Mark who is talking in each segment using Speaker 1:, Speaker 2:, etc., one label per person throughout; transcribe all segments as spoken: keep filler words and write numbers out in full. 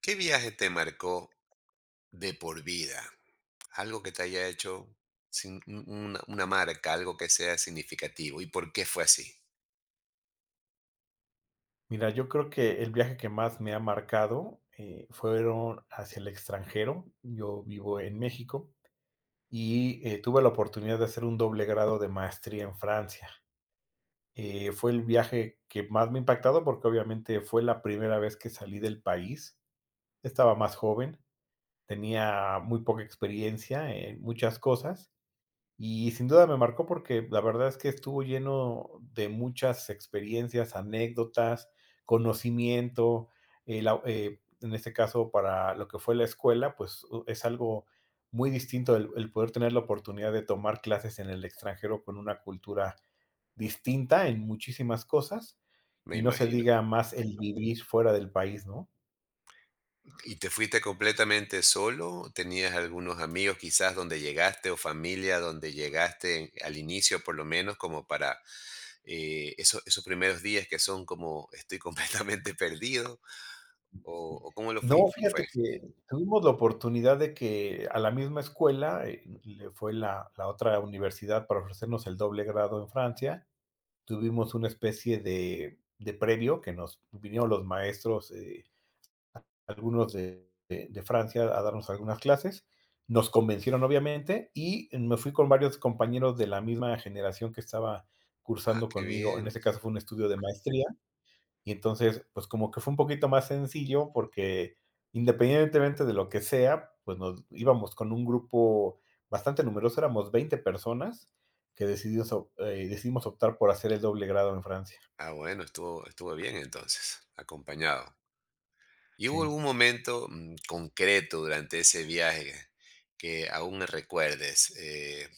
Speaker 1: ¿Qué viaje te marcó de por vida? Algo que te haya hecho sin un una una marca, algo que sea significativo. ¿Y por qué fue así?
Speaker 2: Mira, yo creo que el viaje que más me ha marcado, eh, fueron hacia el extranjero. Yo vivo en México y, eh, tuve la oportunidad de hacer un doble grado de maestría en Francia. Eh, fue el viaje que más me ha impactado, porque obviamente fue la primera vez que salí del país. Estaba más joven, tenía muy poca experiencia en muchas cosas. Y sin duda me marcó porque la verdad es que estuvo lleno de muchas experiencias, anécdotas, conocimiento. Eh, la- eh, en este caso, para lo que fue la escuela, pues u- es algo muy distinto el, el poder tener la oportunidad de tomar clases en el extranjero con una cultura distinta en muchísimas cosas,
Speaker 1: Me
Speaker 2: y no se
Speaker 1: imagino.
Speaker 2: diga más el vivir fuera del país, ¿no?
Speaker 1: ¿Y te fuiste completamente solo? ¿Tenías algunos amigos quizás donde llegaste o familia donde llegaste al inicio por lo menos como para eh, esos, esos primeros días que son como estoy completamente perdido? ¿O, o cómo lo fui?
Speaker 2: No,
Speaker 1: ¿Cómo fue?
Speaker 2: fíjate que tuvimos la oportunidad de que a la misma escuela, eh, le fue la la otra universidad para ofrecernos el doble grado en Francia. Tuvimos una especie de de previo que nos vinieron los maestros, eh, algunos de de de Francia a darnos algunas clases. Nos convencieron, obviamente, y me fui con varios compañeros de la misma generación que estaba
Speaker 1: Ah,
Speaker 2: cursando
Speaker 1: qué
Speaker 2: conmigo. En
Speaker 1: bien.
Speaker 2: este caso, fue un estudio de maestría. Y entonces, pues como que fue un poquito más sencillo porque independientemente de lo que sea, pues nos íbamos con un grupo bastante numeroso, éramos veinte personas que decidimos, op- eh, decidimos optar por hacer el doble grado en Francia.
Speaker 1: Ah, bueno, estuvo, estuvo bien entonces, acompañado. ¿Y hubo
Speaker 2: Sí,
Speaker 1: algún momento mm, concreto durante ese viaje que aún recuerdes? Eh,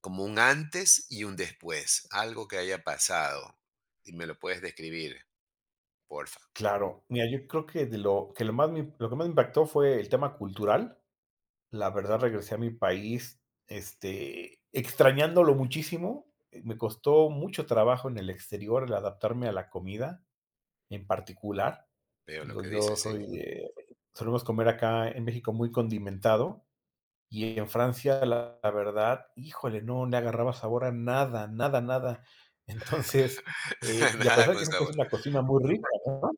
Speaker 1: Como un antes y un después, algo que haya pasado. Y me lo puedes describir, porfa.
Speaker 2: claro. Mira, yo creo que de lo que lo más me- lo que más me impactó fue el tema cultural. La verdad, regresé a mi país, este, extrañándolo muchísimo. Eh, Me costó mucho trabajo en el exterior el adaptarme a la comida en particular.
Speaker 1: Veo lo
Speaker 2: Digo,
Speaker 1: que
Speaker 2: yo
Speaker 1: dices, sí.
Speaker 2: soy de, solemos comer acá en México muy condimentado, y en Francia, la la verdad, híjole, no le agarraba sabor a nada, nada, nada. Entonces, eh, y a
Speaker 1: Nada
Speaker 2: pesar
Speaker 1: con
Speaker 2: que dicen que es
Speaker 1: sabor.
Speaker 2: una cocina muy rica, ¿no?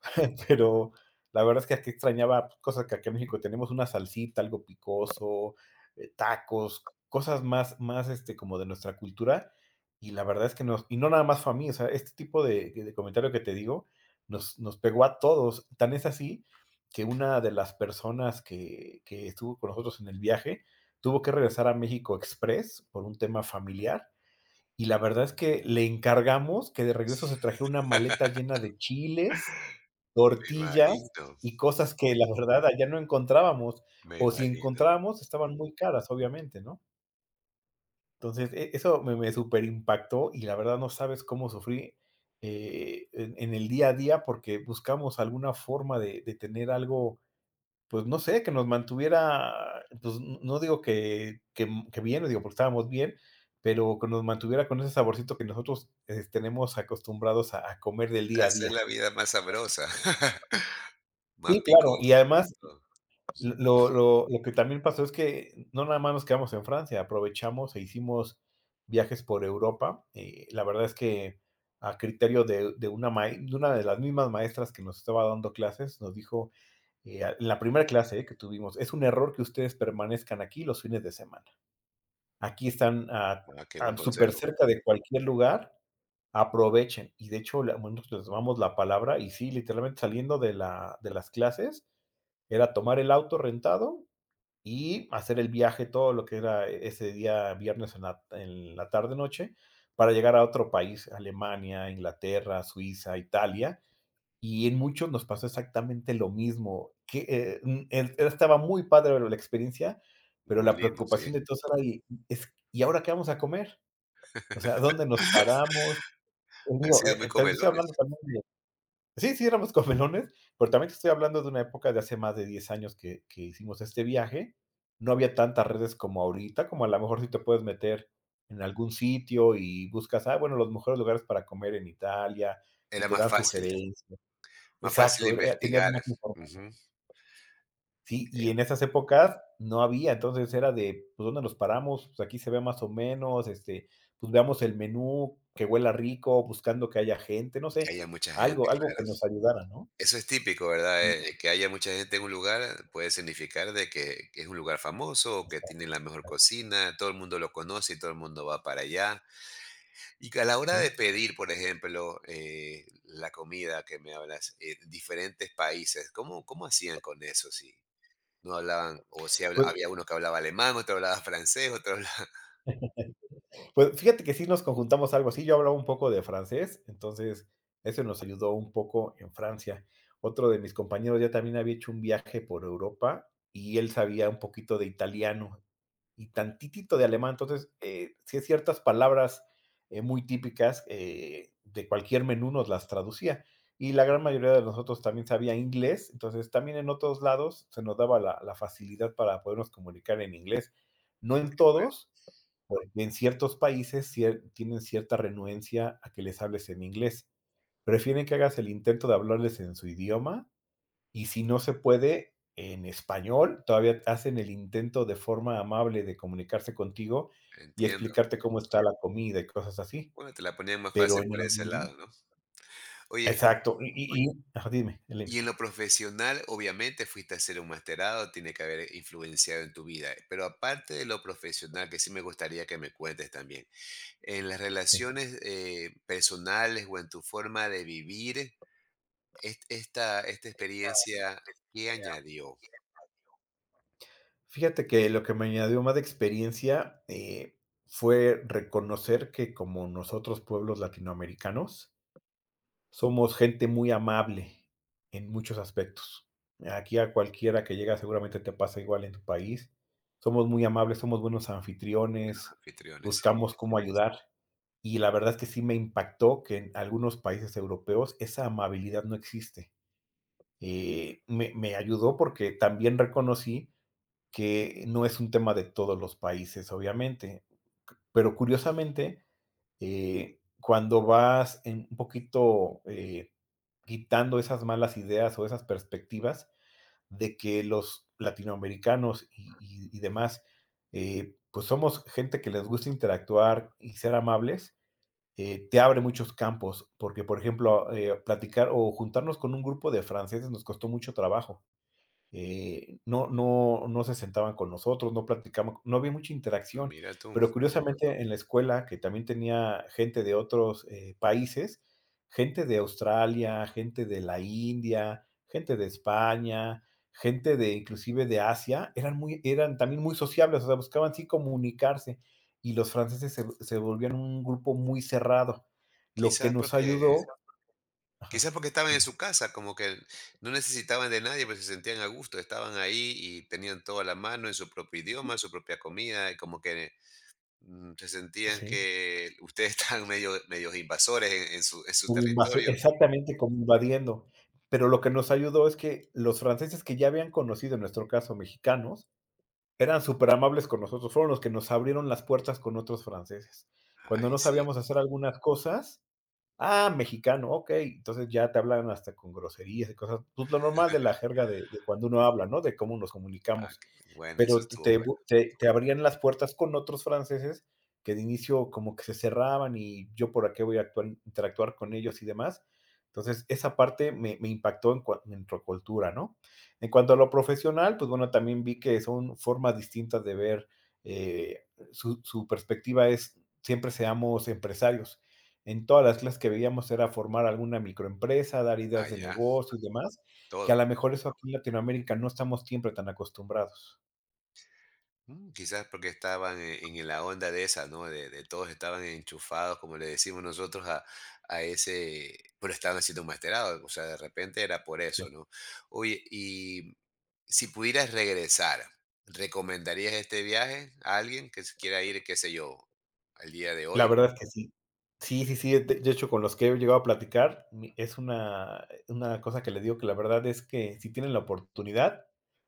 Speaker 2: Pero la verdad es que aquí extrañaba, pues, cosas que aquí en México tenemos, una salsita, algo picoso, eh, tacos, cosas más, más este, como de nuestra cultura. Y la verdad es que nos, y no nada más fue a mí, o sea, este tipo de, de comentario que te digo nos, nos pegó a todos. Tan es así que una de las personas que, que estuvo con nosotros en el viaje tuvo que regresar a México Express por un tema familiar. Y la verdad es que le encargamos que de regreso se trajera una maleta llena de chiles,
Speaker 1: Me
Speaker 2: tortillas
Speaker 1: imagino,
Speaker 2: y cosas que la verdad allá no encontrábamos,
Speaker 1: me
Speaker 2: o si
Speaker 1: imagino.
Speaker 2: encontrábamos estaban muy caras, obviamente, ¿no? Entonces, e- eso me, me super impactó y la verdad no sabes cómo sufrí eh, en, en el día a día porque buscamos alguna forma de, de tener algo, pues no sé, que nos mantuviera, pues, n- no digo que, que, m- que bien, no digo porque estábamos bien, pero que nos mantuviera con ese saborcito que nosotros eh, tenemos acostumbrados a, a comer del día a
Speaker 1: Hacer
Speaker 2: día.
Speaker 1: la vida más sabrosa, más
Speaker 2: Sí, claro, y
Speaker 1: picosa, con
Speaker 2: además
Speaker 1: todo. Ujú.
Speaker 2: Lo lo lo que también pasó es que no nada más nos quedamos en Francia, aprovechamos e hicimos viajes por Europa, eh, la verdad es que a criterio de de una ma de una de las mismas maestras que nos estaba dando clases, nos dijo, eh, a- en la primera clase, eh, que tuvimos: "Es un error que ustedes permanezcan aquí los fines de semana. Aquí están a
Speaker 1: Ah, qué
Speaker 2: a
Speaker 1: buen
Speaker 2: súper
Speaker 1: consejo.
Speaker 2: cerca de cualquier lugar, aprovechen". Y de hecho, la bueno, nosotros les tomamos la palabra y sí, literalmente saliendo de la de las clases, era tomar el auto rentado y hacer el viaje, todo lo que era e ese día viernes en la en la tarde noche, para llegar a otro país, Alemania, Inglaterra, Suiza, Italia, y en muchos nos pasó exactamente lo mismo, que, eh, mm, es estaba muy padre la experiencia, pero
Speaker 1: Muy
Speaker 2: la
Speaker 1: lindo, sí.
Speaker 2: preocupación de todos era, y es, ¿y ahora qué vamos a comer? O sea, ¿dónde nos paramos? Y
Speaker 1: Han
Speaker 2: digo,
Speaker 1: sido
Speaker 2: eh,
Speaker 1: muy
Speaker 2: eh, te estoy
Speaker 1: comelones.
Speaker 2: hablando también de, sí, sí, éramos comelones, pero también te estoy hablando de una época de hace más de diez años que que hicimos este viaje. No había tantas redes como ahorita, como a lo mejor si te puedes meter en algún sitio y buscas, ah, bueno, los mejores lugares para comer en Italia y
Speaker 1: Era
Speaker 2: te
Speaker 1: más
Speaker 2: dan
Speaker 1: fácil,
Speaker 2: sugerencias.
Speaker 1: más fácil
Speaker 2: Exacto, era, tenías
Speaker 1: investigar.
Speaker 2: más información.
Speaker 1: Ujú.
Speaker 2: Sí, y
Speaker 1: Eh,
Speaker 2: en esas épocas no había, entonces era de, pues, ¿dónde nos paramos? Pues, aquí se ve más o menos, este, pues, veamos el menú, que huela rico, buscando que haya gente, no
Speaker 1: que
Speaker 2: sé,
Speaker 1: haya mucha gente,
Speaker 2: algo algo
Speaker 1: claro.
Speaker 2: que nos ayudara, ¿no?
Speaker 1: Eso es típico, ¿verdad?
Speaker 2: Mm,
Speaker 1: Eh, que haya mucha gente en un lugar puede significar de que, que es un lugar famoso, que
Speaker 2: exacto,
Speaker 1: tiene la mejor
Speaker 2: exacto,
Speaker 1: cocina, todo el mundo lo conoce y todo el mundo va para allá. Y que a la hora de
Speaker 2: sí.
Speaker 1: pedir, por ejemplo, eh, la comida que me hablas, eh, diferentes países, ¿cómo, cómo hacían con eso si no hablaban, o si habla-
Speaker 2: Pues
Speaker 1: había uno que hablaba alemán, otro hablaba francés, otro hablaba...
Speaker 2: pues, fíjate que sí nos conjuntamos algo así, yo hablaba un poco de francés, entonces eso nos ayudó un poco en Francia. Otro de mis compañeros ya también había hecho un viaje por Europa y él sabía un poquito de italiano, y tantitito de alemán. Entonces, eh, sí, ciertas palabras eh, muy típicas eh, de cualquier menú nos las traducía. Y la gran mayoría de nosotros también sabía inglés, entonces también en otros lados se nos daba la, la facilidad para podernos comunicar en inglés. No en
Speaker 1: Bueno,
Speaker 2: todos, porque en ciertos países cier- tienen cierta renuencia a que les hables en inglés. Prefieren que hagas el intento de hablarles en su idioma y si no se puede en español, todavía hacen el intento de forma amable de comunicarse contigo y
Speaker 1: entiendo.
Speaker 2: explicarte cómo está la comida y cosas así,
Speaker 1: Bueno, te la ponían más fácil
Speaker 2: pero
Speaker 1: por
Speaker 2: en
Speaker 1: ese
Speaker 2: Ujú.
Speaker 1: lado, ¿no? Oye,
Speaker 2: Exacto, y y y ajá, dime, dime.
Speaker 1: y en lo profesional, obviamente, fuiste a hacer un masterado, tiene que haber influenciado en tu vida. Pero aparte de lo profesional, que sí me gustaría que me cuentes también, en las
Speaker 2: Sí.
Speaker 1: relaciones eh, personales o en tu forma de vivir, est- esta, esta experiencia, ¿qué añadió
Speaker 2: Fíjate que lo que me añadió más de experiencia, eh, fue reconocer que como nosotros, pueblos latinoamericanos, somos gente muy amable en muchos aspectos. Aquí a cualquiera que llega seguramente te pasa igual en tu país. Somos muy amables, somos buenos anfitriones,
Speaker 1: anfitriones? Sí.
Speaker 2: buscamos cómo ayudar. Y la verdad es que sí me impactó que en algunos países europeos esa amabilidad no existe. Eh, me, me ayudó porque también reconocí que no es un tema de todos los países, obviamente. Pero curiosamente, eh, cuando vas en un poquito, eh, quitando esas malas ideas o esas perspectivas de que los latinoamericanos y, y- y demás, eh, pues somos gente que les gusta interactuar y ser amables, eh, te abre muchos campos, porque por ejemplo, eh, platicar o juntarnos con un grupo de franceses nos costó mucho trabajo, eh, no, no, no se sentaban con nosotros, no platicaban, no había mucha interacción,
Speaker 1: Mira tú,
Speaker 2: pero curiosamente en la escuela, que también tenía gente de otros eh, países, gente de Australia, gente de la India, gente de España, gente de inclusive de Asia, eran muy, eran también muy sociables, o sea, buscaban sí comunicarse y los franceses se, se volvían un grupo muy cerrado, lo que
Speaker 1: quizás
Speaker 2: nos ayudó.
Speaker 1: porque,
Speaker 2: Ajá,
Speaker 1: quizás porque estaban en
Speaker 2: dime.
Speaker 1: su casa, como que no necesitaban de nadie, pues se sentían a gusto, estaban ahí y tenían todo a la mano en su propio idioma, su propia comida, y como que Mm, ¿Se sentían
Speaker 2: Sí.
Speaker 1: que ustedes estaban medio medios invasores en en su en su
Speaker 2: Invasi
Speaker 1: territorio?
Speaker 2: Exactamente, como invadiendo. Pero lo que nos ayudó es que los franceses que ya habían conocido, en nuestro caso, mexicanos, eran súper amables con nosotros, fueron los que nos abrieron las puertas con otros franceses. Cuando
Speaker 1: Ay,
Speaker 2: no
Speaker 1: sí.
Speaker 2: sabíamos hacer algunas cosas, ah, mexicano, okey. Entonces, ya te hablan hasta con groserías y cosas, pues, lo normal de la jerga de de cuando uno habla, ¿no? De cómo nos
Speaker 1: Ah,
Speaker 2: comunicamos.
Speaker 1: qué bueno, eso
Speaker 2: Pero te
Speaker 1: estuvo
Speaker 2: te
Speaker 1: bueno.
Speaker 2: Correcto. Te te abrían las puertas con otros franceses que de inicio como que se cerraban y yo por aquí voy a actuar interactuar con ellos y demás. Entonces, esa parte me me impactó en cua en tu cultura, ¿no? En cuanto a lo profesional, pues, bueno, también vi que son formas distintas de ver, eh, su su perspectiva es siempre seamos empresarios. En todas las clases que veíamos era formar alguna microempresa, dar ideas de
Speaker 1: Allá,
Speaker 2: negocio y demás, que a
Speaker 1: todo.
Speaker 2: la mejor eso aquí en Latinoamérica no estamos siempre tan acostumbrados.
Speaker 1: Mm, quizás porque estaban en en la onda de esa, ¿no? De de todos estaban enchufados, como le decimos nosotros, a a ese, pero estaban haciendo un masterado, o sea, de repente era por
Speaker 2: Sí.
Speaker 1: eso, ¿no? Oye, y si pudieras regresar, ¿recomendarías este viaje a alguien que se quiera ir, qué sé yo, al día de
Speaker 2: La
Speaker 1: hoy?
Speaker 2: verdad es que sí. Sí, sí, sí, de de hecho, con los que he llegado a platicar, mi es una una cosa que les digo que la verdad es que si tienen la oportunidad,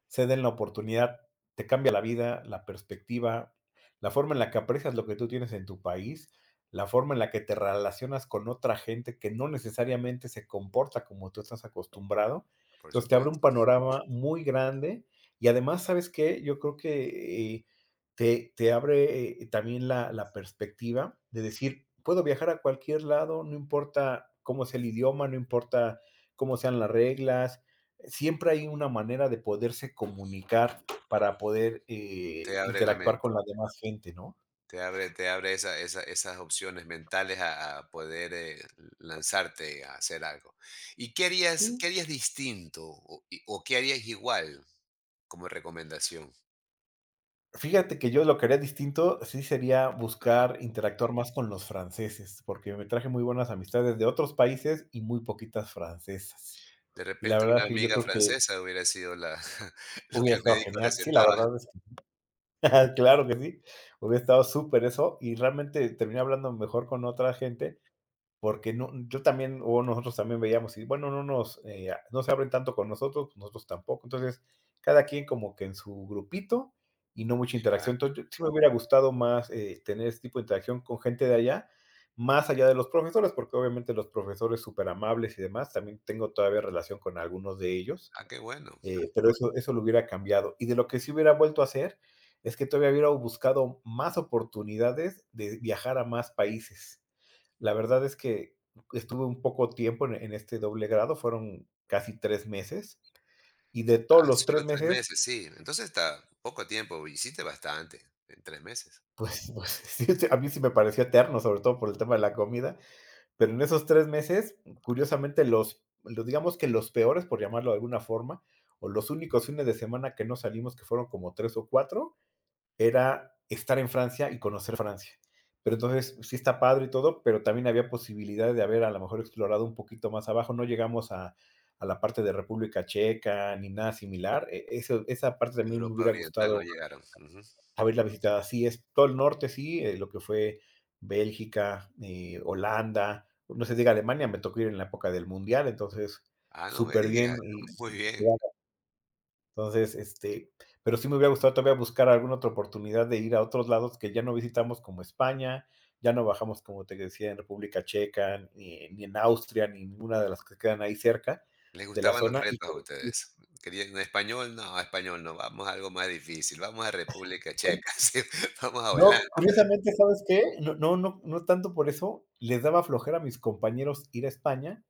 Speaker 2: se den la oportunidad, te cambia la vida, la perspectiva, la forma en la que aprecias lo que tú tienes en tu país, la forma en la que te relacionas con otra gente que no necesariamente se comporta como tú estás acostumbrado.
Speaker 1: Por
Speaker 2: Entonces, te abre
Speaker 1: supuesto,
Speaker 2: un panorama muy grande y además, ¿sabes qué? Yo creo que, eh te te abre, eh, también la la perspectiva de decir: "Puedo viajar a cualquier lado, no importa cómo sea el idioma, no importa cómo sean las reglas. Siempre hay una manera de poderse comunicar para poder, eh,
Speaker 1: te abre la
Speaker 2: interactuar
Speaker 1: mente.
Speaker 2: con la demás gente", ¿no?
Speaker 1: Te abre, te abre esa, esa- esas opciones mentales a, a poder eh, lanzarte a hacer algo. ¿Y qué harías, qué
Speaker 2: Sí.
Speaker 1: harías distinto o, y- o qué harías igual como recomendación?
Speaker 2: Fíjate que yo lo que haría distinto, sí sería
Speaker 1: Ajá.
Speaker 2: buscar interactuar más con los franceses, porque me traje muy buenas amistades de otros países y muy poquitas francesas.
Speaker 1: De
Speaker 2: Y la
Speaker 1: repente
Speaker 2: verdad
Speaker 1: una
Speaker 2: es que yo
Speaker 1: amiga
Speaker 2: creo que
Speaker 1: francesa hubiera sido la, lo
Speaker 2: hubiera
Speaker 1: que el
Speaker 2: estado
Speaker 1: médico
Speaker 2: genial. Sí, la
Speaker 1: recetaba.
Speaker 2: verdad es Claro que sí, hubiera estado súper eso, y realmente terminé hablando mejor con otra gente, porque no yo también, o nosotros también veíamos, y bueno, no nos, eh, no se abren tanto con nosotros, nosotros tampoco. Entonces, cada quien como que en su grupito y no mucha
Speaker 1: Ah,
Speaker 2: interacción. Entonces, yo sí me hubiera gustado más eh, tener este tipo de interacción con gente de allá, más allá de los profesores, porque obviamente los profesores súper amables y demás, también tengo todavía relación con algunos de ellos
Speaker 1: ah, qué bueno.
Speaker 2: eh, pero eso, eso lo hubiera cambiado. Y de lo que sí hubiera vuelto a hacer es que todavía hubiera buscado más oportunidades de viajar a más países. La verdad es que estuve un poco tiempo en, en este doble grado, fueron casi tres meses, y de todos
Speaker 1: Ah,
Speaker 2: los tres
Speaker 1: solo tres
Speaker 2: meses,
Speaker 1: meses, sí. Entonces está poco tiempo, hiciste bastante en tres meses.
Speaker 2: pues, pues sí, sí, a mí sí me pareció eterno, sobre todo por el tema de la comida, pero en esos tres meses, curiosamente, los, los digamos que los peores, por llamarlo de alguna forma, o los únicos fines de semana que no salimos, que fueron como tres o cuatro, era estar en Francia y conocer Francia. Pero entonces sí está padre y todo, pero también había posibilidades de haber a lo mejor explorado un poquito más abajo. No llegamos a, a la parte de República Checa ni nada similar. E- Eso, esa parte también me
Speaker 1: Europa
Speaker 2: hubiera
Speaker 1: Oriental no
Speaker 2: gustado
Speaker 1: llegaron. Ujú.
Speaker 2: haberla visitado. Así es, todo el norte sí, eh, lo que fue Bélgica, eh, Holanda, no se diga Alemania, me tocó ir en la época del Mundial, entonces
Speaker 1: Ah, no me
Speaker 2: súper bien
Speaker 1: digas.
Speaker 2: y
Speaker 1: Muy bien.
Speaker 2: entonces, este, pero sí me hubiera gustado todavía buscar alguna otra oportunidad de ir a otros lados que ya no visitamos como España, ya no bajamos, como te decía, en República Checa, ni, ni en Austria, ni ninguna de las que quedan ahí cerca
Speaker 1: Les
Speaker 2: de la
Speaker 1: gustaban los
Speaker 2: zona. Y
Speaker 1: retos a ustedes. Querían español, no, español no, vamos a algo más difícil, vamos a República Checa, sí, vamos a
Speaker 2: no,
Speaker 1: Holanda,
Speaker 2: curiosamente, ¿sabes qué? No, no, no, no tanto por eso, les daba flojera a mis compañeros ir a España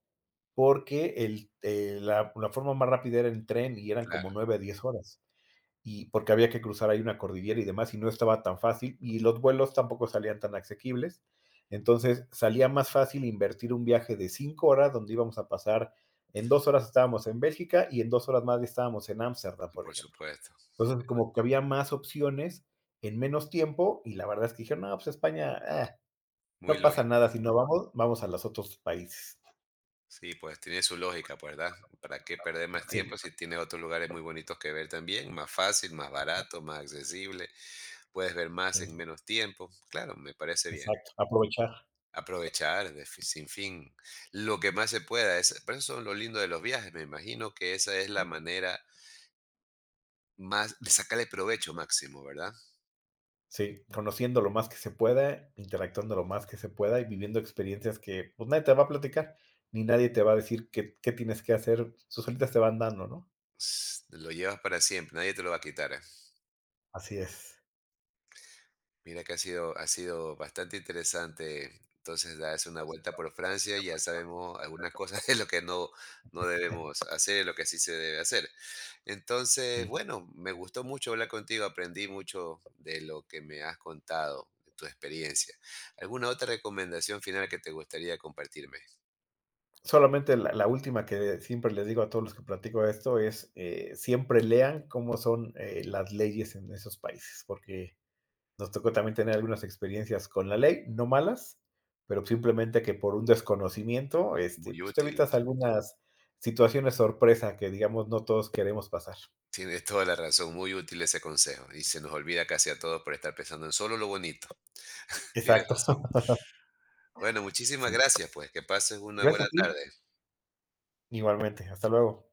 Speaker 2: porque el, eh, la, la forma más rápida era en tren y eran como
Speaker 1: claro,
Speaker 2: nueve a diez horas. Y porque había que cruzar ahí una cordillera y demás, y no estaba tan fácil, y los vuelos tampoco salían tan asequibles. Entonces salía más fácil invertir un viaje de cinco horas donde íbamos a pasar, en dos horas estábamos en Bélgica y en dos horas más estábamos en Ámsterdam, por
Speaker 1: por
Speaker 2: ejemplo.
Speaker 1: supuesto,
Speaker 2: Entonces como que había más opciones en menos tiempo y la verdad es que dijeron, no, pues España, ah,
Speaker 1: muy
Speaker 2: no pasa
Speaker 1: lógico.
Speaker 2: nada, si no vamos, vamos a los otros países.
Speaker 1: Sí, pues tiene su lógica, pues, ¿verdad? ¿Para qué perder más
Speaker 2: Sí,
Speaker 1: tiempo si tiene otros lugares muy bonitos que ver también? Más fácil, más barato, más accesible, puedes ver más
Speaker 2: sí,
Speaker 1: en menos tiempo. Claro, me parece bien.
Speaker 2: exacto, aprovechar.
Speaker 1: Aprovechar de fi- sin fin lo que más se pueda. Es, por eso son lo lindo de los viajes, me imagino que esa es la manera más de sacarle provecho máximo, ¿verdad?
Speaker 2: Sí, conociendo lo más que se pueda, interactuando lo más que se pueda y viviendo experiencias que, pues, nadie te va a platicar, ni nadie te va a decir qué qué tienes que hacer, sus solitas te van dando, ¿no?
Speaker 1: S- Lo llevas para siempre, nadie te lo va a quitar. eh.
Speaker 2: Así es,
Speaker 1: Mira que ha sido, ha sido bastante interesante. Entonces, das una vuelta por Francia, y ya sabemos algunas cosas de lo que no, no debemos hacer y lo que sí se debe hacer. Entonces,
Speaker 2: sí.
Speaker 1: bueno, me gustó mucho hablar contigo, aprendí mucho de lo que me has contado, de tu experiencia. ¿Alguna otra recomendación final que te gustaría compartirme?
Speaker 2: Solamente la la última que siempre les digo a todos los que platico esto es, eh, siempre lean cómo son, eh, las leyes en esos países, porque nos tocó también tener algunas experiencias con la ley, no malas, pero simplemente que por un desconocimiento, este,
Speaker 1: Muy
Speaker 2: pues te
Speaker 1: útil.
Speaker 2: evitas algunas situaciones sorpresa que, digamos, no todos queremos pasar.
Speaker 1: Tienes toda la razón, muy útil ese consejo. Y se nos olvida casi a todos por estar pensando en solo lo bonito. Tienes
Speaker 2: Exacto,
Speaker 1: razón. Bueno, muchísimas
Speaker 2: sí.
Speaker 1: gracias, pues, que pases una
Speaker 2: Gracias
Speaker 1: buena
Speaker 2: a ti.
Speaker 1: tarde.
Speaker 2: Igualmente, hasta luego.